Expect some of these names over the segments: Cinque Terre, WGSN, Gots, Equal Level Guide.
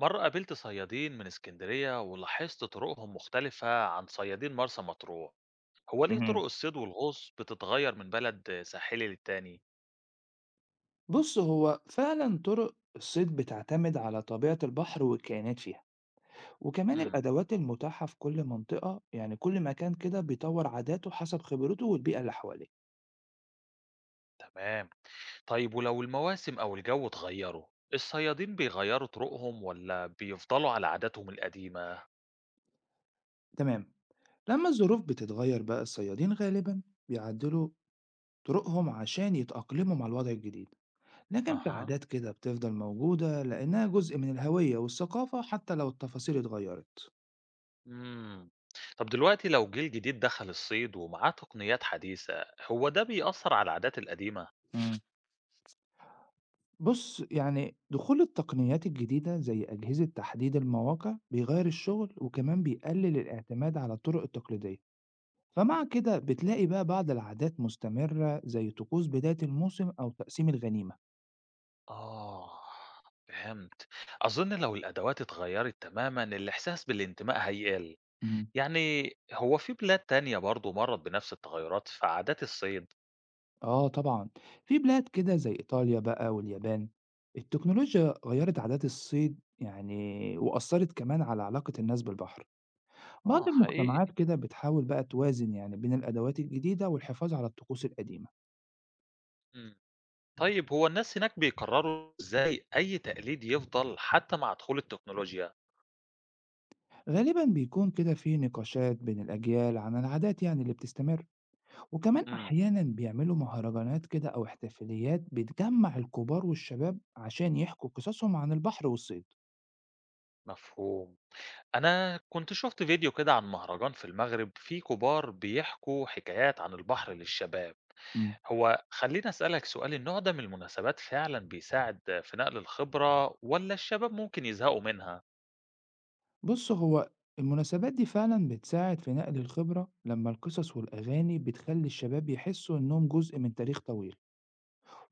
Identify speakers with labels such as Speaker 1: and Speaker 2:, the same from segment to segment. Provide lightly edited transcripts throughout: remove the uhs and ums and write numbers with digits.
Speaker 1: مرة قابلت صيادين من اسكندرية ولاحظت طرقهم مختلفة عن صيادين مرسى مطروح. هو ليه طرق
Speaker 2: اهم.
Speaker 1: الصيد والغوص بتتغير من بلد ساحلي للتاني؟
Speaker 2: بُص، هو فعلًا طُرق الصيد بتعتمد على طبيعة البحر والكائنات فيها، وكمان
Speaker 1: امم
Speaker 2: الأدوات المتاحة في كل منطقة، يعني كل مكان كده بيطوّر عاداته حسب خبرته والبيئة اللي حواليه.
Speaker 1: تمام. طيب ولو المواسم أو الجو اتغيروا الصيادين بيغيروا طرقهم ولا بيفضلوا على عاداتهم القديمة؟
Speaker 2: تمام، لمّا الظروف بتتغيّر بقى الصيادين غالبًا بيعدّلوا طُرقهم عشان يتأقلموا مع الوضع الجديد، لكن في
Speaker 1: أها.
Speaker 2: عادات كده بتفضل موجودة لإنها جزء من الهوية والثقافة حتى لو التفاصيل اتغيّرت.
Speaker 1: امم طب دلوقتي لو جيل جديد دخل الصيد ومعاه تقنيات حديثة هو ده بيأثر على العادات القديمة؟
Speaker 2: إمم. بُص، يعني دخول التقنيات الجديدة زي أجهزة تحديد المواقع بيغيّر الشغل وكمان بيقلل الاعتماد على الطرق التقليدية، فمع كده بتلاقي بقى بعض العادات مستمرة زي طقوس بداية الموسم أو تقسيم الغنيمة.
Speaker 1: آه، فهمت. أظن لو الأدوات اتغيّرت تمامًا، الإحساس بالانتماء هيقل.
Speaker 2: إمم،
Speaker 1: يعني هو في بلاد تانية برضه مرّت بنفس التغيّرات في عادات الصيد؟
Speaker 2: آه طبعًا، في بلاد كده زي إيطاليا بقى واليابان، التكنولوجيا غيّرت عادات الصيد يعني وأثّرت كمان على علاقة الناس بالبحر. بعض
Speaker 1: آه، حقيقي.
Speaker 2: المجتمعات كده بتحاول بقى توازن يعني بين الأدوات الجديدة والحفاظ على الطقوس القديمة.
Speaker 1: إمم. طيب هو الناس هناك بيقرروا إزاي أي تقليد يفضل حتى مع دخول التكنولوجيا؟
Speaker 2: غالبا بيكون كده في نقاشات بين الأجيال عن العادات يعني اللي بتستمر، وكمان
Speaker 1: إمم،
Speaker 2: أحيانا بيعملوا مهرجانات كده أو احتفاليات بتجمع الكبار والشباب عشان يحكوا قصصهم عن البحر والصيد.
Speaker 1: مفهوم. أنا كنت شُفت فيديو كده عن مهرجان في المغرب فيه كبار بيحكوا حكايات عن البحر للشباب.
Speaker 2: مم.
Speaker 1: هو خلّيني أسألك سؤال، النوع ده من المناسبات فعلًا بيساعد في نقل الخبرة والّا الشباب ممكن يزهقوا منها؟
Speaker 2: بص هو المناسبات دي فعلا بتساعد في نقل الخبرة لما القصص والأغاني بتخلي الشباب يحسوا إنهم جزء من تاريخ طويل،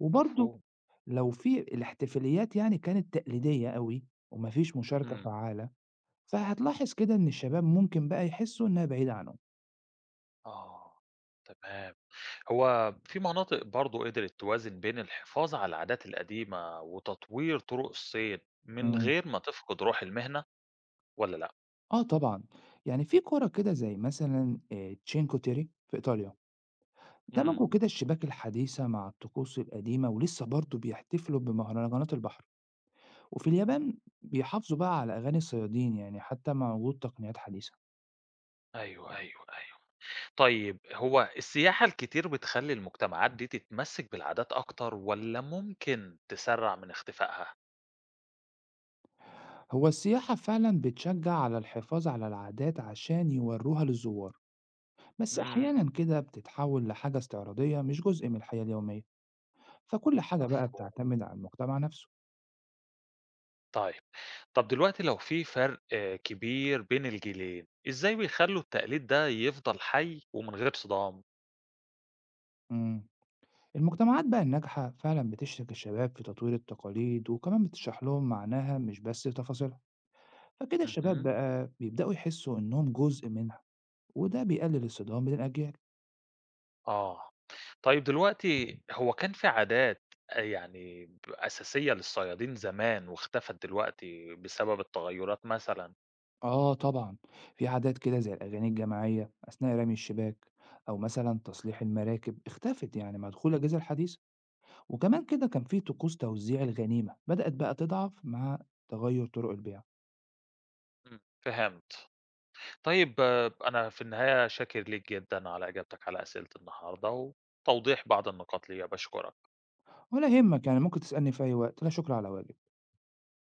Speaker 2: وبرضه
Speaker 1: مفهوم.
Speaker 2: لو في الاحتفاليات يعني كانت تقليدية قوي ومفيش مشاركة
Speaker 1: إمم.
Speaker 2: فعالة، فهتلاحظ كده إن الشباب ممكن بقى يحسوا إنها بعيدة عنهم.
Speaker 1: آه، تمام. هو في مناطق برضه قدرت توازن بين الحفاظ على العادات القديمة وتطوير طرق الصيد من
Speaker 2: إمم.
Speaker 1: غير ما تفقد روح المهنة والّا لأ؟
Speaker 2: آه طبعًا، يعني في كورة كده زي مثلًا Cinque Terre في إيطاليا،
Speaker 1: إمم.
Speaker 2: دمجوا كده الشباك الحديثة مع الطقوس القديمة ولسه برضه بيحتفلوا بمهرجانات البحر، وفي اليابان بيحافظوا بقى على أغاني الصيادين يعني حتى مع وجود تقنيات حديثة.
Speaker 1: أيوه، أيوه، أيوه. طيب هو السياحة الكتير بتخلّي المجتمعات دي تتمسّك بالعادات أكتر والّا ممكن تسرّع من اختفائها؟
Speaker 2: هو السياحة فعلًا بتشجع على الحفاظ على العادات عشان يوروها للزوار، بس
Speaker 1: إمم،
Speaker 2: أحيانًا كده بتتحول لحاجة استعراضية مش جزء من الحياة اليومية، فكل حاجة بقى
Speaker 1: مفهوم.
Speaker 2: بتعتمد على المجتمع نفسه.
Speaker 1: طيب، طَب دلوقتي لو في فرْق كبير بين الجيلين، إزاي بيخلّوا التقليد ده يفضل حي ومن غير صدام؟
Speaker 2: إمم. المجتمعات بقى الناجحة فعلا بتشرك الشباب في تطوير التقاليد وكمان بتشرح لهم معناها مش بس تفاصيلها، فكده الشباب
Speaker 1: اهم،
Speaker 2: بقى بيبدأوا يحسوا إنهم جزء منها وده بيقلل الصدام بين الأجيال.
Speaker 1: آه. طيب دلوقتي هو كان في عادات أ يعني ب أساسية للصيادين زمان واختفت دلوقتي بسبب التغيُّرات مثلًا؟
Speaker 2: آه طبعا، في عادات كده زي الأغاني الجماعية أثناء رمي الشباك أو مثلا تصليح المراكب اختفت يعني مع دخول الأجهزة الحديثة، وكمان كده كان في طقوس توزيع الغنيمة بدأت بقى تضعف مع تغير طرق البيع.
Speaker 1: إمم، فهمت. طيب أنا في النهاية شاكر ليك جدًا على إجابتك على أسئلة النهارده وتوضيح بعض النقاط ليّا، باشكرك.
Speaker 2: ولا يهمك، يعني ممكن تسألني في أي وقت، لا شكر على واجب.